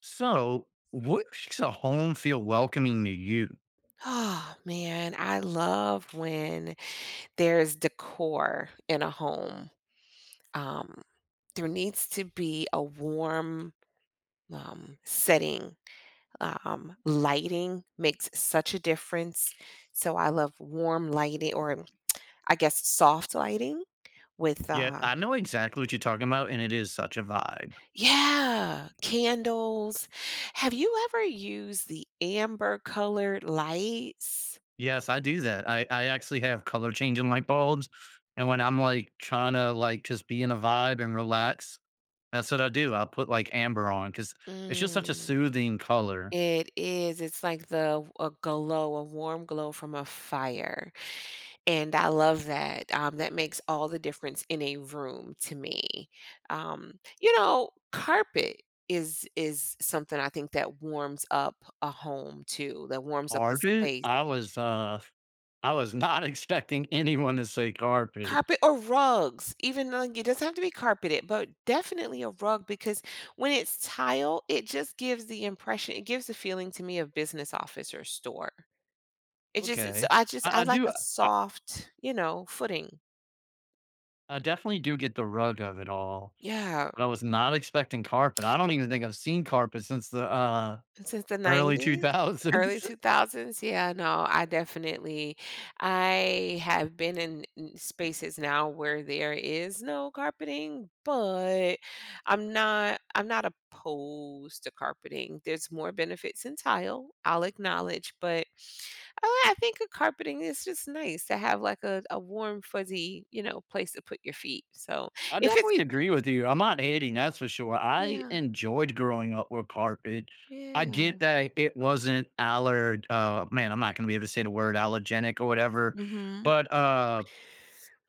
So, what makes a home feel welcoming to you? Oh man, I love when there's decor in a home. Um, there needs to be a warm setting. Lighting makes such a difference. So I love warm lighting, or I guess soft lighting with, Yeah, I know exactly what you're talking about, and it is such a vibe. yeah, candles. Have you ever used the amber colored lights? Yes, I do that. I actually have color changing light bulbs, and when I'm like trying to like just be in a vibe and relax, that's what I do. I put like amber on because it's just such a Mm. soothing color. It is. It's like the a glow, a warm glow from a fire, and I love that. That makes all the difference in a room to me. Carpet is something I think that warms up a home too, that warms up a Carpet? space. I was not expecting anyone to say carpet. Carpet or rugs, even though it doesn't have to be carpeted, but definitely a rug because when it's tile, it just gives the impression, it gives the feeling to me of business office or store. It just it's Okay, I just I I like do. a I, soft, you know, footing. I definitely do get the rug of it all. Yeah, But I was not expecting carpet. I don't even think I've seen carpet since the and since the early 90s, early 2000s. 2000s, yeah, no, I definitely I have been in spaces now where there is no carpeting, but I'm not opposed to carpeting. There's more benefits in tile, I'll acknowledge, but I think a carpeting is just nice to have like a warm, fuzzy, you know, place to put your feet. So I if it's. definitely agree with you. I'm not hating, that's for sure. I Yeah, enjoyed growing up with carpet. I yeah. get that it wasn't aller man, I'm not gonna be able to say the word allergenic or whatever, Mhm. but, uh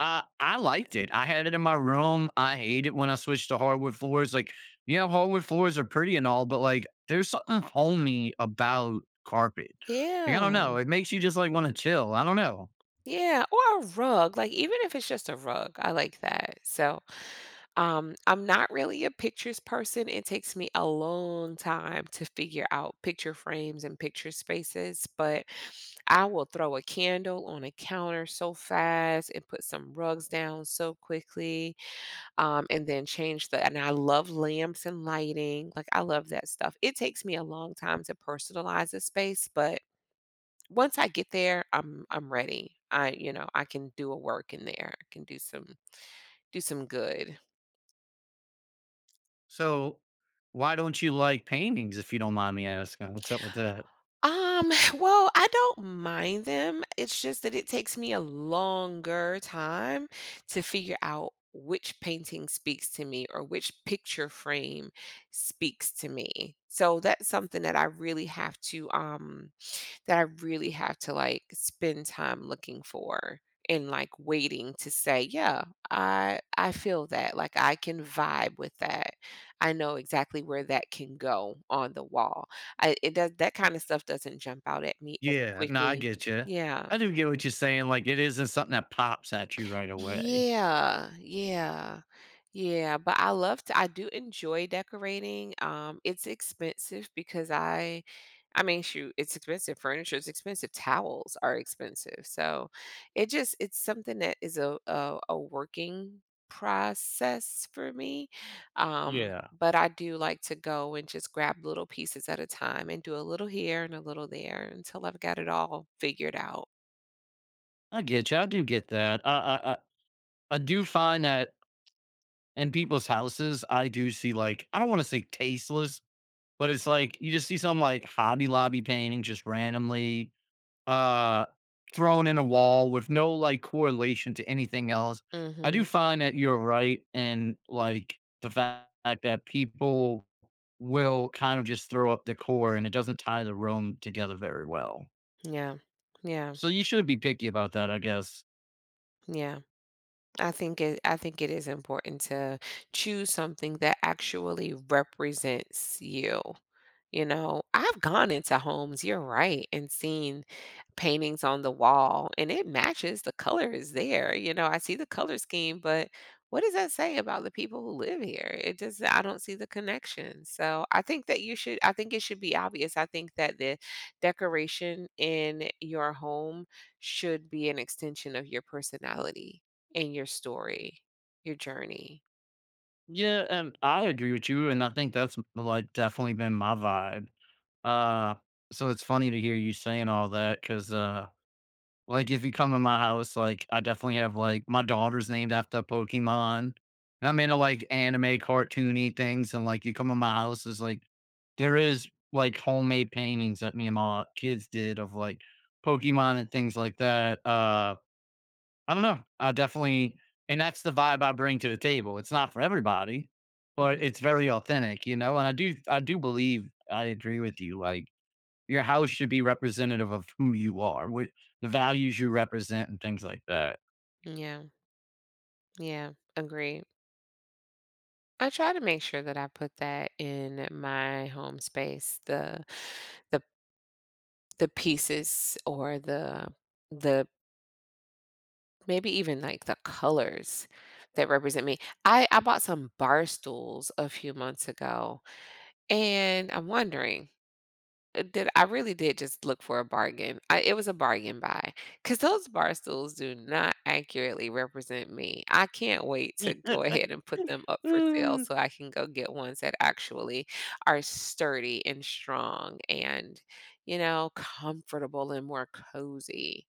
Uh, I liked it. I had it in my room. I hate it when I switched to hardwood floors. Like, you know, hardwood floors are pretty and all, but like, there's something homey about carpet. Like, I Yeah, don't know. It makes you just like want to chill. I don't know. yeah, or a rug, like, even if it's just a rug, I like that. So, I'm not really a pictures person. It takes me a long time to figure out picture frames and picture spaces, but I will throw a candle on a counter so fast and put some rugs down so quickly, and then change the and I love lamps and lighting. Like, I love that stuff. It takes me a long time to personalize a space, but once I get there, I'm ready. I, you know, I can do a work in there. I can do some good. So, why don't you like paintings if you don't mind me asking? What's up with that? Um, well, I don't mind them. It's just that it takes me a longer time to figure out which painting speaks to me or which picture frame speaks to me. So that's something that I really have to that I really have to like spend time looking for and like waiting to say, yeah, I feel that. Like I can vibe with that. I know exactly where that can go on the wall. I it does that kind of stuff doesn't jump out at me as Yeah, no, I quickly. get you. Yeah. I do get what you're saying. Like, it isn't something that pops at you right away. Yeah, yeah, yeah. But I love to, I do enjoy decorating. It's expensive because I mean, shoot, it's expensive. Furniture is expensive. Towels are expensive. So it just it's something that is a working process for me. Yeah, But I do like to go and just grab little pieces at a time and do a little here and a little there until I've got it all figured out. I get you. I do get that. I do find that in people's houses, I do see like I don't want to say tasteless, but it's like you just see some like Hobby Lobby painting just randomly uh thrown in a wall with no like correlation to anything else. I do Mhm. find that you're right in like the fact that people will kind of just throw up decor and it doesn't tie the room together very well. Yeah. Yeah. So you should be picky about that, I guess. Yeah. I think it is important to choose something that actually represents you. You know, I've gone into homes, you're right, and seen paintings on the wall, and it matches. The color is there. You know, I see the color scheme, but what does that say about the people who live here? It just, I don't see the connection. So I think it should be obvious. I think that the decoration in your home should be an extension of your personality and your story, your journey. Yeah, and I agree with you, and I think that's like definitely been my vibe. Uh, so it's funny to hear you saying all that, cause like, if you come in my house, like, I definitely have, like my daughter's named after Pokemon. And I'm into, like, anime, cartoony things, and, like, you come in my house, is like there is, like, homemade paintings that me and my kids did of, like, Pokemon and things like that. I don't know. I definitely And that's the vibe I bring to the table. It's not for everybody, but Mhm. it's very authentic, you know? And I do believe I agree with you, like your house should be representative of who you are, what the values you represent and things like that. Yeah, yeah, agree. I try to make sure that I put that in my home space, the the pieces or the maybe even like the colors that represent me. I bought some bar stools a few months ago and I'm wondering. Did I really did just look for a bargain. I It was a bargain buy because those bar stools do not accurately represent me. I can't wait to go ahead and put them up for sale Mm. so I can go get ones that actually are sturdy and strong and, you know, comfortable and more cozy.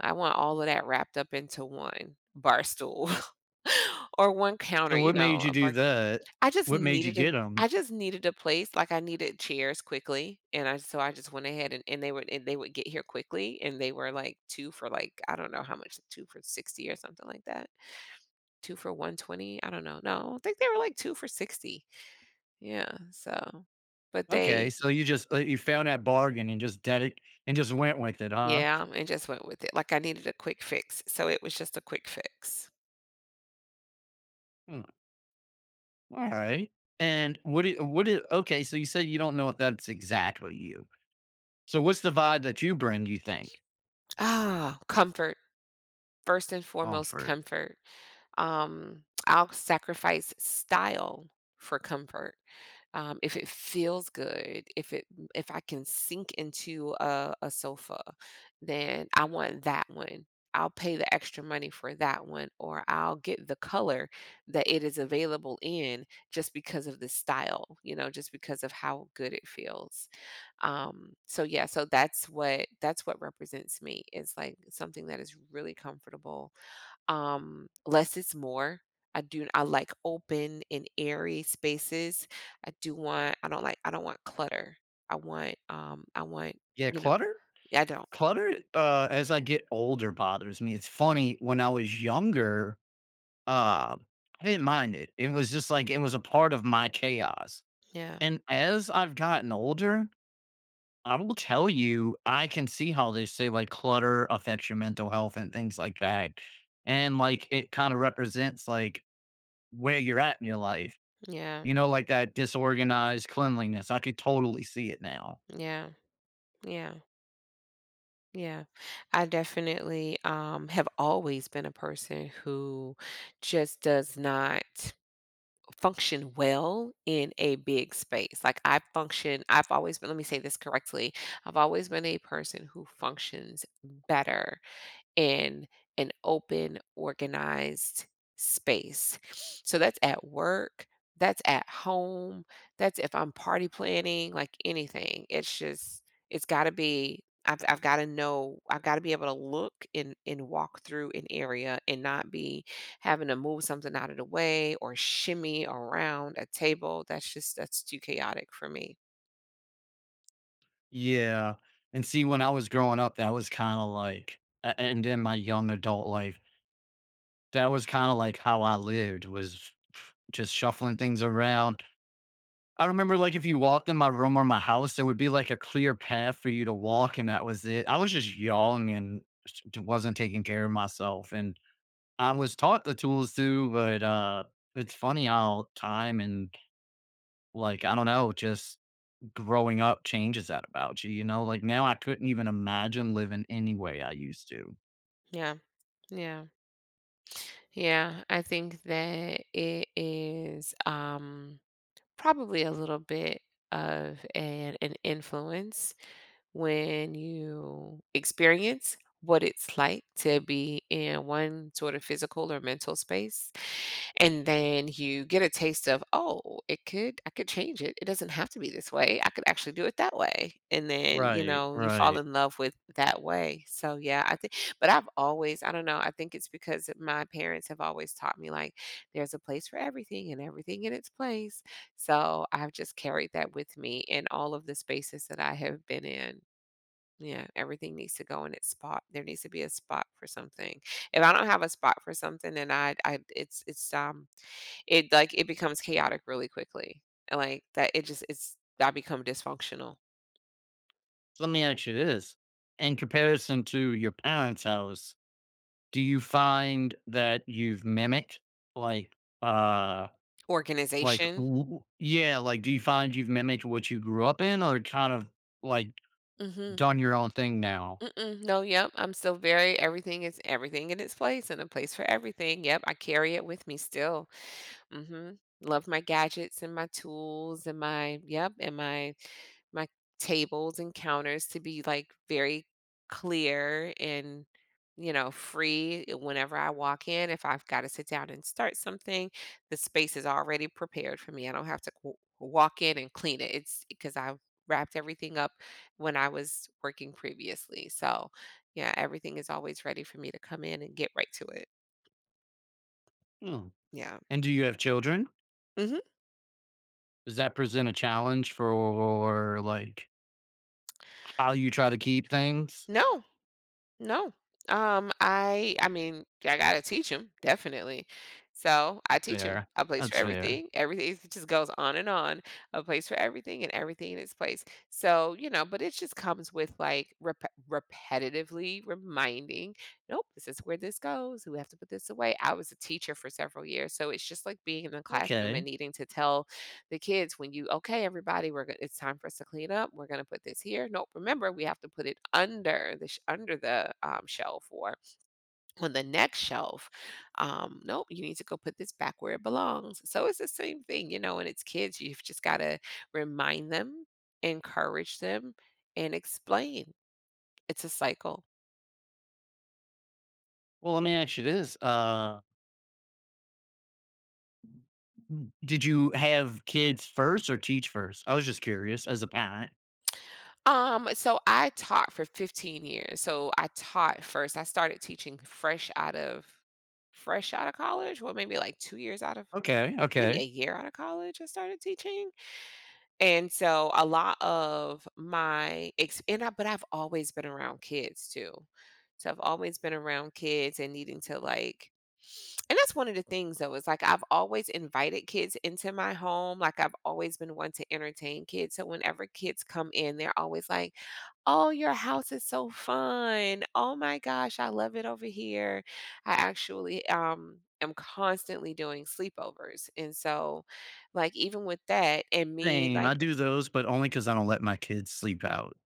I want all of that wrapped up into one bar stool or one counter, So you what made know, you a do bar. that? I just What made you needed a get them? I just needed a place. Like, I needed chairs quickly, and I so I just went ahead and they would get here quickly, and they were, like, 2 for, like, I don't know how much, 2 for 60 or something like that, 2 for 120, I don't know, no, I think they were, like, 2 for 60, yeah, so but they. Okay, so you just you found that bargain and just did it and just went with it, huh? Yeah, and just went with it. Like, I needed a quick fix, so it was just a quick fix. Hmm, alright. And what it what it? Okay, so you said you don't know if that's exactly you. So what's the vibe that you bring, you think? Ah, comfort, first and foremost, Comfort. comfort. I'll sacrifice style for comfort. If it feels good, if it if I can sink into a sofa, then I want that one. I'll pay the extra money for that one, or I'll get the color that it is available in just because of the style, you know, just because of how good it feels. So yeah, so that's what represents me. It's like something that is really comfortable. Less is more. I like open and airy spaces. I do want I don't I don't want clutter. I want, Yeah, you know, clutter? I don't. Clutter, as I get older bothers me. It's funny, when I was younger, Um, I didn't mind it. It was just like it was a part of my chaos. Yeah. And as I've gotten older, I will tell you, I can see how they say like clutter affects your mental health and things like that. And like it kind of represents like where you're at in your life. Yeah. You know, like that disorganized cleanliness. I could totally see it now. Yeah. Yeah. Yeah. I definitely have always been a person who just does not function well in a big space. Like I've always been, let me say this correctly. I've always been a person who functions better in an open, organized space. So that's at work, that's at home, that's if I'm party planning, like anything. It's just, it's got to be. I've got to know. I've got to be able to look and walk through an area and not be having to move something out of the way or shimmy around a table. That's just that's too chaotic for me. Yeah. And see, when I was growing up, that was kind of like, and in my young adult life, that was kinda like how I lived, was just shuffling things around. I remember, like, if you walked in my room or my house, there would be, like, a clear path for you to walk, and that was it. I was just young and s d wasn't taking care of myself, and I was taught the tools too, but, it's funny how time and, like, I don't know, just growing up changes that about you, you know? Like, now I couldn't even imagine living any way I used to. Yeah, yeah, yeah. I think that it is. Probably a little bit of an influence when you experience what it's like to be in one sort of physical or mental space and then you get a taste of, "Oh, it could I could change it. It doesn't have to be this way. I could actually do it that way." And then, you Right, know, you fall right. in love with that way. So, yeah, I think but I've always, I don't know, I think it's because my parents have always taught me, like, there's a place for everything and everything in its place. So, I've just carried that with me in all of the spaces that I have been in. Yeah, everything needs to go in its spot. There needs to be a spot for something. If I don't have a spot for something, then I it's it, like, it becomes chaotic really quickly, and, like, that it just it's I become dysfunctional. So, let me ask you this. In comparison to your parents' house, do you find that you've mimicked, like, uh, like, Organization? w yeah, like, do you find you've mimicked what you grew up in or kind of, like, Mhm. done your own thing now? Mm-mm. No, yep, I'm still very everything is everything in its place and a place for everything. Yep, I carry it with me still. Mhm. Love my gadgets and my tools and my, yep, and my tables and counters to be like very clear and you know free, eh, whenever I walk in, if I've got to sit down and start something, the space is already prepared for me. I don't have to walk in and clean it. It's because I wrapped everything up when I was working previously. So yeah, everything is always ready for me to come in and get right to it. Hmm. Yeah. And do you have children? Hmm. Does that present a challenge for, like, how you try to keep things? No. No. I mean, I gotta teach him, definitely. So I teach him Fair. a place for That's fair. everything. Everything, it just goes on and on. A place for everything and everything in its place. So, you know, but it just comes with like repetitively reminding, nope, this is where this goes. We have to put this away. I was a teacher for several years. So it's just like being in the classroom and Okay. needing to tell the kids when you, okay everybody, we're gonna it's time for us to clean up, we're gonna put this here, nope remember we have to put it under the shelf or on the next shelf. Nope, you need to go put this back where it belongs. So it's the same thing, you know, and it's kids, you've just got to remind them, encourage them, and explain. It's a cycle. Well, let me ask you this, did you have kids first or teach first? I was just curious as a parent. So I taught for 15 years. So I taught first. I started teaching fresh out of college, well maybe like 2 years out of, Okay, maybe a okay. year out of college I started teaching. And so a lot of my ex- and I, but I've always been around kids too. So I've always been around kids and needing to like and that's one of the things though is like I've always invited kids into my home. Like I've always been one to entertain kids. So whenever kids come in, they're always like, "Oh, your house is so fun. Oh my gosh, I love it over here." I actually am constantly doing sleepovers. And so like, even with that and me, Same. like. I do those, but only because I don't let my kids sleep out.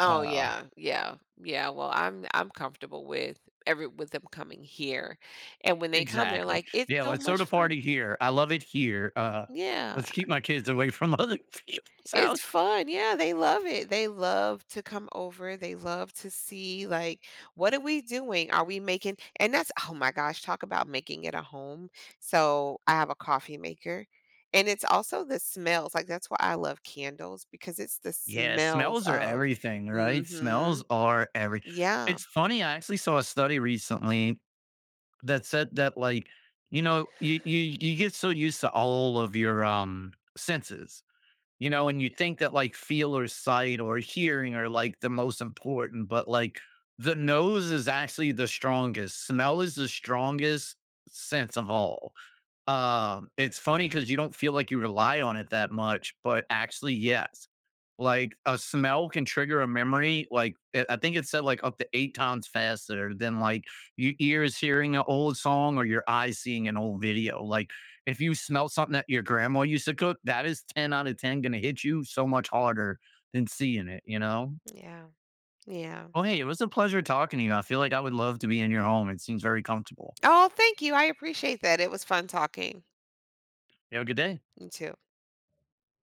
Oh, Uh, yeah, yeah, yeah, well, I'm comfortable with every with them coming here, and when they come, they're exactly. like, "It's Yeah, so let's throw much the fun." party here. I love it here. Yeah, Let's keep my kids away from other people's house. it's fun, yeah, they love it, they love to come over, they love to see, like, "What are we doing? Are we making?" And that's, oh my gosh, talk about making it a home. So, I have a coffee maker, and it's also the smells, like, that's why I love candles because it's the Yeah, smells smells are of. everything, right? Mm. Smells Mhm. are every. Yeah, It's funny. I actually saw a study recently that said that, like, you know, you get so used to all of your senses. You know, and you think that like feel or sight or hearing are like the most important, but like the nose is actually the strongest. Smell is the strongest sense of all. It's funny because you don't feel like you rely on it that much, but actually, yes. Like, a smell can trigger a memory, like, I think it said, like, up to 8 times faster than, like, your ears hearing an old song or your eyes seeing an old video. Like, if you smell something that your grandma used to cook, that is 10 out of 10 gonna hit you so much harder than seeing it, you know? yeah, yeah. Well, hey, it was a pleasure talking to you. I feel like I would love to be in your home. It seems very comfortable. Oh, thank you. I appreciate that. It was fun talking. You have a good day. You too.